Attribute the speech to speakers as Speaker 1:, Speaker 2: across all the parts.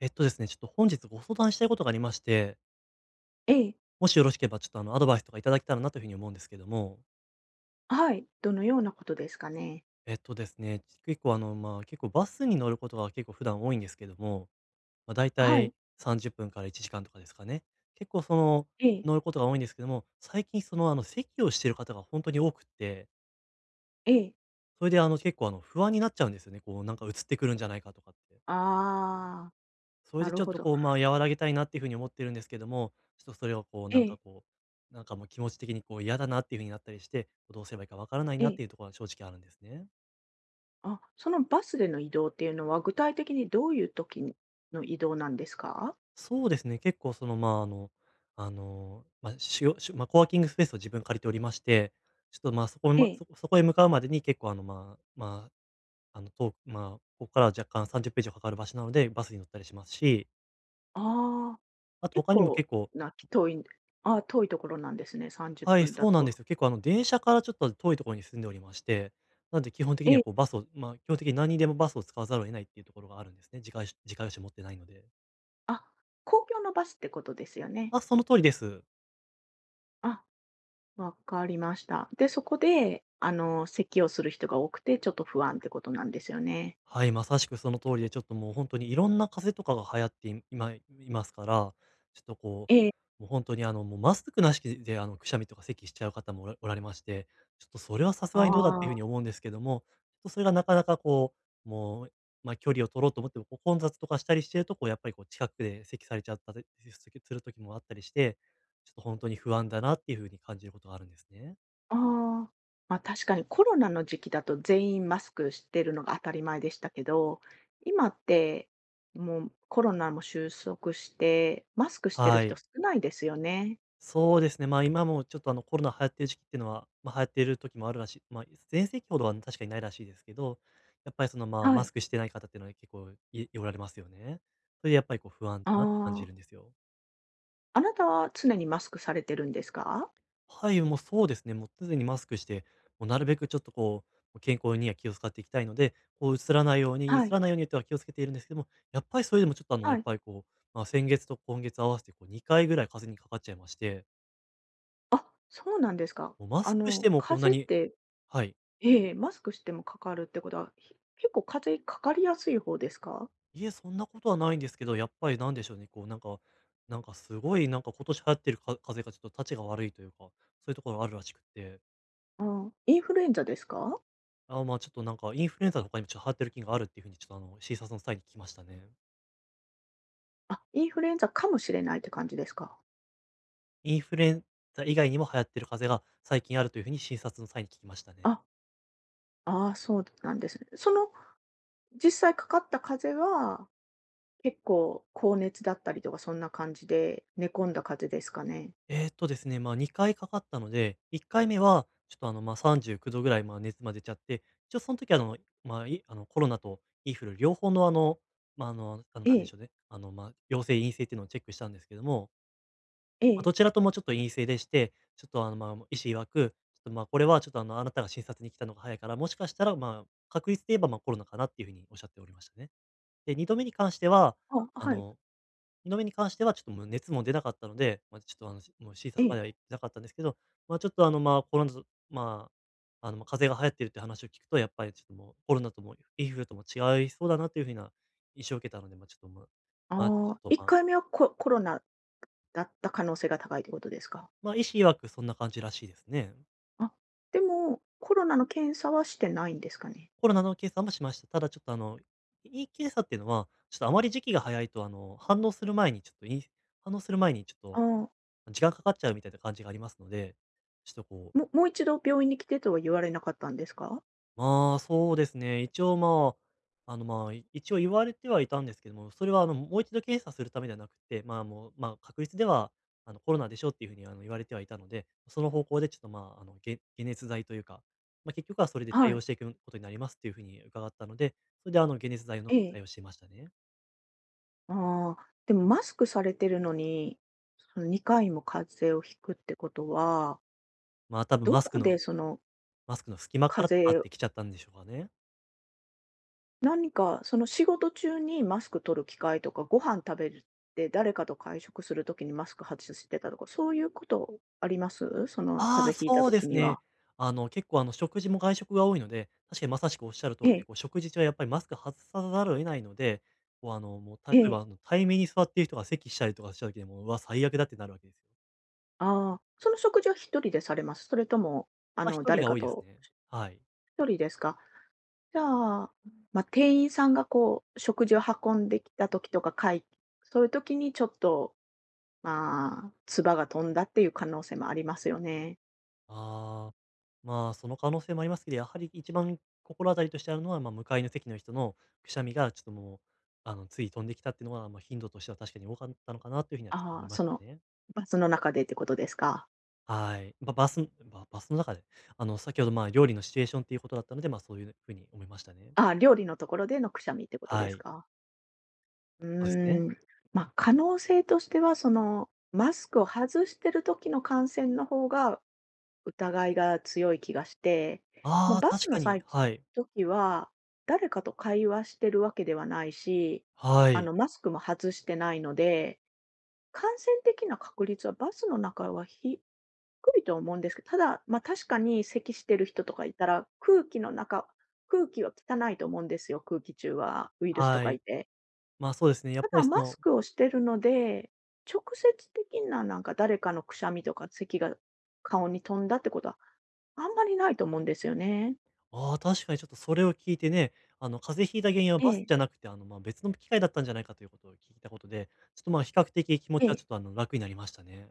Speaker 1: えっとですね、ちょっと本日ご相談したいことがありまして、
Speaker 2: ええ、
Speaker 1: もしよろしければちょっとアドバイスとかいただけたらなというふうに思うんですけども、
Speaker 2: はい、どのようなことですかね？
Speaker 1: えっとですね、結構まあ結構バスに乗ることが結構普段多いんですけども、まあ大
Speaker 2: はい、
Speaker 1: 体30分から1時間とかですかね。結構その
Speaker 2: ええ、
Speaker 1: 乗ることが多いんですけども、最近その席をしている方が本当に多くって、
Speaker 2: ええ。
Speaker 1: それで結構不安になっちゃうんですよね。こうなんか映ってくるんじゃないかとかって。
Speaker 2: ああ、
Speaker 1: それ
Speaker 2: な
Speaker 1: で
Speaker 2: る
Speaker 1: ちょっ
Speaker 2: ほ
Speaker 1: と
Speaker 2: ど。
Speaker 1: こう、まあ、和らげたいなっていう風に思ってるんですけども、ちょっとそれをこう、
Speaker 2: ええ、
Speaker 1: なんかもう気持ち的にこう嫌だなっていう風になったりして、どうすればいいかわからない
Speaker 2: え
Speaker 1: なっ
Speaker 2: え。
Speaker 1: ていうところは正直あるんですね。
Speaker 2: あ、そのバスでの移動っていうのは、具体的にどういう時の移動なんですか？
Speaker 1: そうですね、結構その、まあ、まあ、しゅしゅまあ、コワーキングスペースを自分借りておりまして、ちょっと、まあ、
Speaker 2: ええ、
Speaker 1: そこそこへ向かうまでに結構まあまあ、まあ、ここからは若干30ページはかかる場所なので、バスに乗ったりしますし、
Speaker 2: ああ、
Speaker 1: あと
Speaker 2: 結
Speaker 1: 他にも
Speaker 2: 構
Speaker 1: 結構
Speaker 2: な遠いあー、あ、遠いところなんですね、30
Speaker 1: はい、
Speaker 2: 分だ
Speaker 1: そうなんです
Speaker 2: と。
Speaker 1: よ。結構電車からちょっと遠いところに住んでおりまして、なんで基本的に
Speaker 2: え
Speaker 1: は
Speaker 2: え、
Speaker 1: こうバスを、まあ、基本的に何にでもバスを使わざるを得ないっていうところがあるんですね。自家用車持ってないので。
Speaker 2: あ、公共のバスってことですよね。
Speaker 1: あ、その通りです。
Speaker 2: あ、わかりました。で、そこで、あの、咳をする人が多くて、ちょっと不安ってことなんですよね。
Speaker 1: はい、まさしくその通りで、ちょっともう本当にいろんな風邪とかが流行ってい今いますから、ちょっとこ
Speaker 2: ええ、
Speaker 1: う、もう本当にもうマスクなしでくしゃみとか咳しちゃう方もおられまして、ちょっとそれはさす
Speaker 2: あ
Speaker 1: がにどうだっていうふうに
Speaker 2: あ。
Speaker 1: 思うんですけども、ちょっとそれがなかなかこう、もう、まあ、距離を取ろうと思っても、こう混雑とかしたりしてると、こうやっぱりこう近くで咳されちゃったりする時もあったりして、ちょっと本当に不安だなっていうふうに感じることがあるんですね。
Speaker 2: ああ、ま、確かにコロナの時期だと全員マスクしてるのが当たり前でしたけど、今ってもうコロナも収束して、マスクしてる
Speaker 1: は
Speaker 2: 人
Speaker 1: い。
Speaker 2: 少ないですよね。
Speaker 1: そうですね、まあ、今もちょっとコロナ流行ってる時期っていうのは、ま、流行ってる時もあるらしいまあ、全盛期ほどは確かにないらしいですけど、やっぱりその、まあ、
Speaker 2: は
Speaker 1: マ
Speaker 2: い。
Speaker 1: スクしてない方っていうのは結構いおられますよね。それでやっぱりこう不安
Speaker 2: あ
Speaker 1: だなって感じ
Speaker 2: あ、
Speaker 1: るんですよ。
Speaker 2: あなたは常にマスクされてるんですか？
Speaker 1: はい、もうそうですね、もう常にマスクして、もうなるべくちょっとこう、健康には気を使っていきたいので、移
Speaker 2: はい、
Speaker 1: らないようにとは気をつけているんですけども、やっぱりそれでもちょっと
Speaker 2: は
Speaker 1: やっ
Speaker 2: い。
Speaker 1: ぱりこう、まあ、先月と今月合わせてこう2回ぐらい風邪にかかっちゃいまして、
Speaker 2: あ、そうなんですか。
Speaker 1: もうマス
Speaker 2: あ
Speaker 1: クし
Speaker 2: の、
Speaker 1: てもこん
Speaker 2: 風
Speaker 1: な
Speaker 2: 邪っ
Speaker 1: に
Speaker 2: て
Speaker 1: はい。
Speaker 2: ええ、マスクしてもかかるってことは、結構風邪かかりやすい方ですか？
Speaker 1: いえ、そんなことはないんですけど、やっぱりなんでしょうね、なんかすごいなんか今年流行ってるか風邪がちょっと立ちが悪いというか、そういうところがあるらしくって、
Speaker 2: ああ、インフルエンザですか？
Speaker 1: あーまあ、ちょっとなんかインフルエンザの他にもちょっと流行ってる菌があるっていうふうにちょっと診察の際に聞きましたね。
Speaker 2: あ、インフルエンザかもしれないって感じですか？
Speaker 1: インフルエンザ以外にも流行ってる風邪が最近あるというふうに診察の際に聞きましたね。
Speaker 2: あ、ああ、そうなんですね。その、実際かかった風邪は、結構高熱だったりとか、そんな感じで、寝込んだ風邪ですかね？
Speaker 1: ですね、ま、2回かいかかったので、1回目はちょっとま、39度ぐらい、ま、熱までちゃって、一応その時まあ、コロナとインフル両方の
Speaker 2: え
Speaker 1: なんでし
Speaker 2: え、
Speaker 1: ょうね、ま、陽性、陰性っていうのをチェックしたんですけども、
Speaker 2: え
Speaker 1: まあ、
Speaker 2: え、
Speaker 1: どちらともちょっと陰性でして、ちょっとま、医師曰く、ちょっと、ま、これはちょっとあなたが診察に来たのが早いから、もしかしたら、ま、確率で言えば、ま、コロナかなっていうふうにおっしゃっておりましたね。で、2度目に関しては、
Speaker 2: あ、
Speaker 1: あ
Speaker 2: はい、
Speaker 1: の2度目に関してはちょっともう熱も出なかったので、まあ、ちょっともう診
Speaker 2: え
Speaker 1: 察ま
Speaker 2: え、
Speaker 1: では行ってなかったんですけど、まあ、ちょっとまあ、コロナと、まあ、まあ、風邪が流行ってるって話を聞くと、やっぱりちょっともうコロナともインフルとも違いそうだなという風な印象を受けたので、まあ、ちょっと、まあまあ、ち
Speaker 2: ああ、
Speaker 1: ょっと、
Speaker 2: 1
Speaker 1: まあ、
Speaker 2: 回目はコロナだった可能性が高いってことですか？
Speaker 1: まあ、医師曰くそんな感じらしいですね。
Speaker 2: あ、でも、コロナの検査はしてないんですかね？
Speaker 1: コロナの検査もしました。ただちょっと胃検査っていうのは、ちょっとあまり時期が早いと反応する前にちょっ
Speaker 2: あ
Speaker 1: と
Speaker 2: あ、
Speaker 1: 時間かかっちゃうみたいな感じがありますので、ちょっとこう
Speaker 2: もう一度病院に来てとは言われなかったんですか？
Speaker 1: まあ、そうですね。一応、まあ、まあ、一応言われてはいたんですけども、それはもう一度検査するためではなくて、まあ、もう、まあ、確率では、コロナでしょっていうふうに言われてはいたので、その方向でちょっとまあ、解熱剤というか、まあ、結局はそれで対
Speaker 2: は
Speaker 1: 応
Speaker 2: い、
Speaker 1: していくことになりますっていうふうに伺ったので、それで解熱剤を飲ん
Speaker 2: え
Speaker 1: で
Speaker 2: え、
Speaker 1: 対応していましたね。
Speaker 2: ああ、でもマスクされてるのに、その2回も風邪をひくってことは
Speaker 1: まあ、多分
Speaker 2: どこでその
Speaker 1: マスクの隙間か
Speaker 2: 風
Speaker 1: らとかっ
Speaker 2: 邪
Speaker 1: て来ちゃったんでしょうかね。
Speaker 2: 何かその仕事中にマスク取る機会とか、ご飯食べる誰かと会食するときにマスク外してたとか、そういうことあります？その
Speaker 1: あ
Speaker 2: 風
Speaker 1: あ、
Speaker 2: 邪ひいた
Speaker 1: そう
Speaker 2: と
Speaker 1: で
Speaker 2: き
Speaker 1: す
Speaker 2: には。
Speaker 1: ね。結構、食事も外食が多いので、確かにまさしくおっしゃる通
Speaker 2: え
Speaker 1: りで、
Speaker 2: え、
Speaker 1: こう、食事中はやっぱりマスク外さざるを得ないので、こう、もう、例
Speaker 2: え
Speaker 1: えば、
Speaker 2: え、
Speaker 1: 対面に座っている人が咳したりとかした時でも、うわ、最悪だってなるわけですよ。
Speaker 2: ああ、その食事は一人でされます？それとも、あ
Speaker 1: まあ、
Speaker 2: の、
Speaker 1: 一人
Speaker 2: 誰
Speaker 1: が
Speaker 2: か
Speaker 1: 多いです
Speaker 2: と
Speaker 1: ね。はい。
Speaker 2: 一人ですか？じゃあ、まあ、店員さんがこう食事を運んできたときとか、そういうときにちょっと、まあ、唾が飛んだっていう可能性もありますよね。
Speaker 1: ああ、まあ、その可能性もありますけど、やはり一番心当たりとしてあるのは、まあ、向かいの席の人のくしゃみがちょっともう、つい飛んできたっていうのは、まあ、頻度としては確かに多かったのかなというふうにはちょっと
Speaker 2: あ
Speaker 1: 思い
Speaker 2: あ、
Speaker 1: ま
Speaker 2: そ
Speaker 1: した
Speaker 2: の、
Speaker 1: ね。
Speaker 2: バスの中でってことですか？
Speaker 1: はい。ばバスの中で、先ほど、まあ、料理のシチュエーションっていうことだったので、まあ、そういう風に思いましたね。
Speaker 2: ああ、料理のところでのくしゃみってこと
Speaker 1: は
Speaker 2: です
Speaker 1: い。
Speaker 2: か？う
Speaker 1: そうですね。
Speaker 2: ーん、まあ、可能性としては、その、マスクを外してる時の感染の方が疑いが強い気がして、まあ、
Speaker 1: ああ、
Speaker 2: バス
Speaker 1: 確
Speaker 2: の
Speaker 1: かに。
Speaker 2: 際
Speaker 1: はい。
Speaker 2: 時は、誰かと会話してるわけではないし、
Speaker 1: は
Speaker 2: あ
Speaker 1: い。
Speaker 2: の、マスクも外してないので、感染的な確率はバスの中はひくりと思うんですけど、ただ、ま、確かに咳してる人とかいたら、空気は汚いと思うんですよ、空気中はウイルスと
Speaker 1: は
Speaker 2: かい
Speaker 1: い。
Speaker 2: て。
Speaker 1: まあ、そうですね、やっ
Speaker 2: た
Speaker 1: ぱ
Speaker 2: だ
Speaker 1: りそ
Speaker 2: マス
Speaker 1: の、
Speaker 2: クをしてるので、直接的ななんか誰かのくしゃみとか咳が顔に飛んだってことはあんまりないと思うんですよね。
Speaker 1: ああ、確かにちょっとそれを聞いてね、風邪ひいた原因は
Speaker 2: え
Speaker 1: バス
Speaker 2: え、
Speaker 1: じゃなくて、まあ、別の機械だったんじゃないかということを聞いたことで、ちょっと、まあ、比較的気持
Speaker 2: え
Speaker 1: ちはちょ
Speaker 2: え。
Speaker 1: っと、楽になりましたね。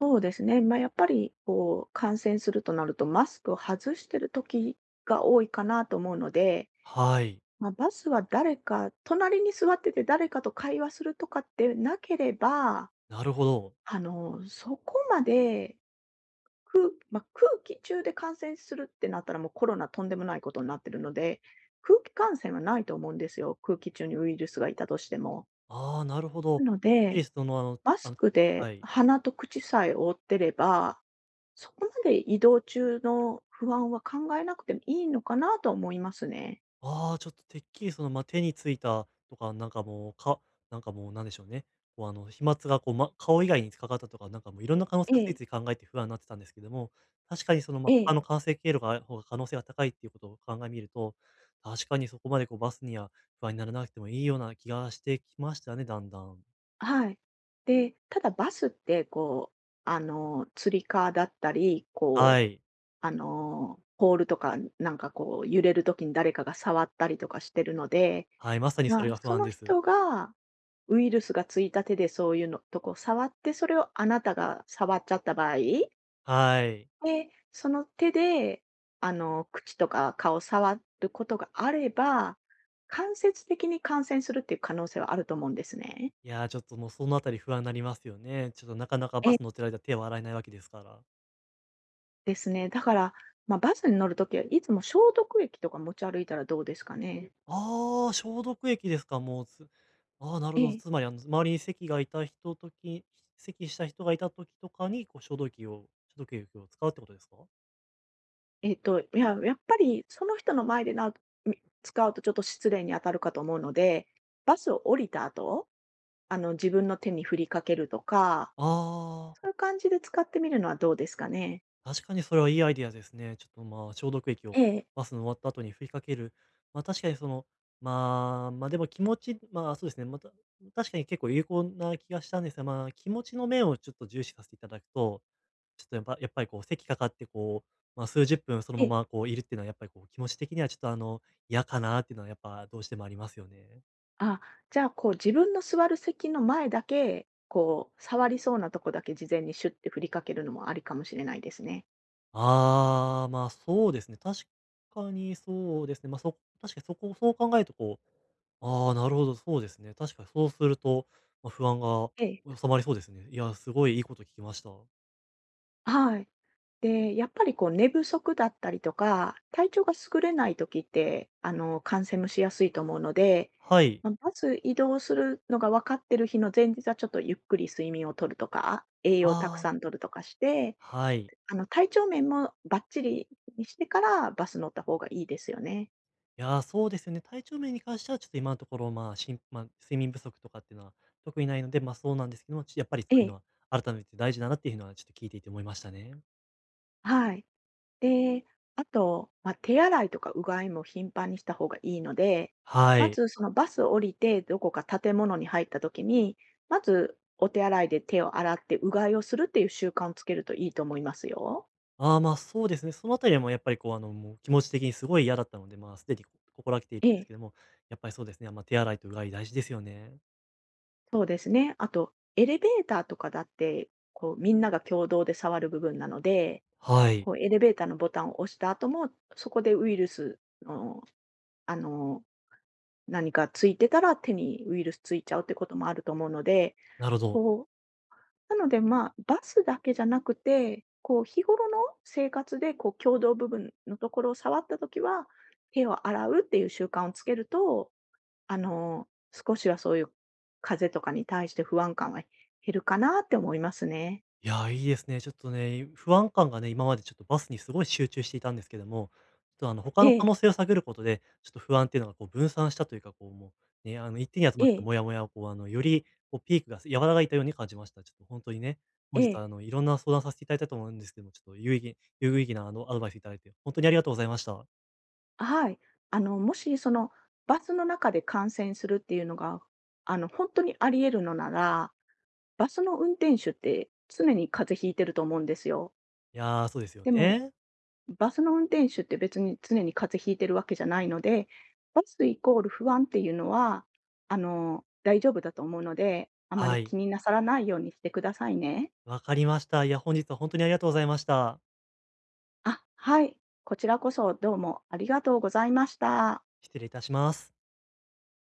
Speaker 2: そうですね。まあ、やっぱりこう感染するとなると、マスクを外してる時が多いかなと思うので、
Speaker 1: はい。
Speaker 2: まあ、バスは誰か隣に座ってて誰かと会話するとかってなければ、
Speaker 1: なるほど。
Speaker 2: あの、そこまで、空まあ、空気中で感染するってなったら、もうコロナとんでもないことになってるので、空気感染はないと思うんですよ、空気中にウイルスがいたとしても。
Speaker 1: ああ、なるほ
Speaker 2: な
Speaker 1: ど。
Speaker 2: の
Speaker 1: てっき
Speaker 2: で、
Speaker 1: りその、
Speaker 2: マスクで
Speaker 1: はい。
Speaker 2: 鼻と口さえ覆ってれば、そこまで移動中の不安は考えなくてもいいのかなと思いますね。
Speaker 1: ああ、ちょっとてっきりその、手についたとか、なんかもうなんでしょうね、こう飛沫がこう、ま、顔以外にかかったとか、なんかもういろんな可能性
Speaker 2: え
Speaker 1: をつい
Speaker 2: え、
Speaker 1: つい考えて不安になってたんですけども、確かにその、ま、
Speaker 2: え
Speaker 1: 他の
Speaker 2: え。
Speaker 1: 感染経路がある方が可能性が高いっていうことを考えみると、確かにそこまでこうバスには不安にならなくてもいいような気がしてきましたね、だんだん。
Speaker 2: はい。で、ただバスって、こう、あの、つり革だったり、こ
Speaker 1: は
Speaker 2: う、
Speaker 1: い。
Speaker 2: あの、ポールとか、なんかこう、揺れる時に誰かが触ったりとかしてるので、
Speaker 1: はい、まさにそれ
Speaker 2: まあ、
Speaker 1: が不
Speaker 2: そ
Speaker 1: 安
Speaker 2: の
Speaker 1: です。
Speaker 2: 人が、ウイルスがついた手でそういうのとこ触って、それをあなたが触っちゃった場合、
Speaker 1: はい。
Speaker 2: で、その手で、あの、口とか顔触ることがあれば、間接的に感染するっていう可能性はあると思うんですね。
Speaker 1: いや、ちょっともうそのあたり不安になりますよね。ちょっとなかなかバ
Speaker 2: え
Speaker 1: ス乗ってる間手を洗えないわけですから。
Speaker 2: ですね。だから、まあ、バスに乗るときはいつも消毒液とか持ち歩いたらどうですかね？
Speaker 1: ああ、消毒液ですか、もう、つああ、なる
Speaker 2: え
Speaker 1: ほど。
Speaker 2: え。
Speaker 1: つまり、あの、周りに咳がいた人とき咳した人がいた時とかに、こう、消毒液を使うってことですか？
Speaker 2: えっと、いや、やっぱりその人の前でみ使うとちょっと失礼に当たるかと思うので、バスを降りた後、あの、自分の手に振りかけるとか、
Speaker 1: ああ
Speaker 2: そういう感じで使ってみるのはどうですかね？
Speaker 1: ー、確かにそれはいいアイディアですね。ちょっと、まあ、消毒液
Speaker 2: え
Speaker 1: を
Speaker 2: え。
Speaker 1: バスの終わった後に振りかける。まあ、確かにその、まあ、でも気持ちそうですね、また確かに結構有効な気がしたんですが、まあ、気持ちの面をちょっと重視させていただくとちょっとやっぱりこう、席かかってこう、まあ、数十分その
Speaker 2: え
Speaker 1: ま
Speaker 2: え。
Speaker 1: まこういるっていうのはやっぱりこう、気持ち的にはちょっとあの、嫌かなっていうのはやっぱどうしてもありますよね。
Speaker 2: あ、じゃあ、こう自分の座る席の前だけ、こう触りそうなとこだけ事前にシュッて振りかけるのもありかもしれないですね。
Speaker 1: ああ、ま、あそうですね。確かにそうですね。確かにそこそう考えるとこう、ああ、なるほど、そうですね。確かにそうすると、まあ、不安が
Speaker 2: ええ。
Speaker 1: 収まりそうですね。いや、すごいいいこと聞きました。
Speaker 2: はい。で、やっぱりこう寝不足だったりとか、体調が優れない時って、あの、感染もしやすいと思うので、
Speaker 1: はい。
Speaker 2: ま、まず移動するのが分かってる日の前日はちょっとゆっくり睡眠をとるとか、栄養をたく
Speaker 1: ああ、
Speaker 2: さんとるとかして、
Speaker 1: はい。
Speaker 2: あの、体調面もバッチリにしてからバス乗った方がいいですよね。
Speaker 1: いやー、そうですよね。体調面に関しては、ちょっと今のところ、まあ、睡眠不足とかっていうのは特にないので、ま、あそうなんですけども、ちやっぱりそ
Speaker 2: え
Speaker 1: ういうの
Speaker 2: え、
Speaker 1: は改めて大事だなっていうのは、ちょっと聞いていて思いましたね。
Speaker 2: はい。で、あと、まあ、手洗いとかうがいも頻繁にした方がいいので、
Speaker 1: は
Speaker 2: ま
Speaker 1: い。
Speaker 2: ずそのバス降りてどこか建物に入った時に、まずお手洗いで手を洗ってうがいをするっていう習慣をつけるといいと思いますよ。
Speaker 1: ああ、ま、そうですね。そのあたりはもうやっぱりこう、あの、もう気持ち的にすごい嫌だったので、まあ、すでにこ心がけてい
Speaker 2: え
Speaker 1: るんです
Speaker 2: え、
Speaker 1: けども、やっぱりそうですね、ま、あ手洗いとうがい大事ですよね。
Speaker 2: そうですね。あとエレベーターとかだって、こうみんなが共同で触る部分なので、
Speaker 1: はい、
Speaker 2: こうエレベーターのボタンを押した後も、そこでウイルスの、あの、何かついてたら手にウイルスついちゃうってこともあると思うので、
Speaker 1: なるほど。
Speaker 2: こうなので、まあ、バスだけじゃなくて、こう日頃の生活でこう共同部分のところを触ったときは、手を洗うっていう習慣をつけると、あの、少しはそういう風邪とかに対して不安感は減るかなって思いますね。
Speaker 1: いや、いいですね。ちょっとね、不安感がね、今までちょっとバスにすごい集中していたんですけども、ちょっとあの、他
Speaker 2: え
Speaker 1: の可
Speaker 2: え、
Speaker 1: 能性を探ることで、ちょっと不安っていうのがこう分散したというか、こうもう、ね、あの、一点に集ま
Speaker 2: え
Speaker 1: ってた
Speaker 2: え、
Speaker 1: モヤモヤをこう、あの、よりこうピークが和らいだように感じました。ちょっと本当にね、本
Speaker 2: え
Speaker 1: 日
Speaker 2: え、
Speaker 1: はあの、いろんな相談させていただいたと思うんですけども、ちょっと有意義なあの、アドバイスいただいて、本当にありがとうございました。
Speaker 2: はい。あの、もしそのバスの中で感染するっていうのが、あの、本当にあり得るのなら、バスの運転手って常に風邪ひいてると思うんですよ。
Speaker 1: いやー、そうですよ
Speaker 2: でも
Speaker 1: ね。
Speaker 2: バスの運転手って別に常に風邪ひいてるわけじゃないので、バスイコール不安っていうのは、あの、大丈夫だと思うので、あまり
Speaker 1: はい。
Speaker 2: 気になさらないようにしてくださいね。
Speaker 1: わかりました。いや、本日は本当にありがとうございました。
Speaker 2: あ、はい。こちらこそどうもありがとうございました。
Speaker 1: 失礼いたします。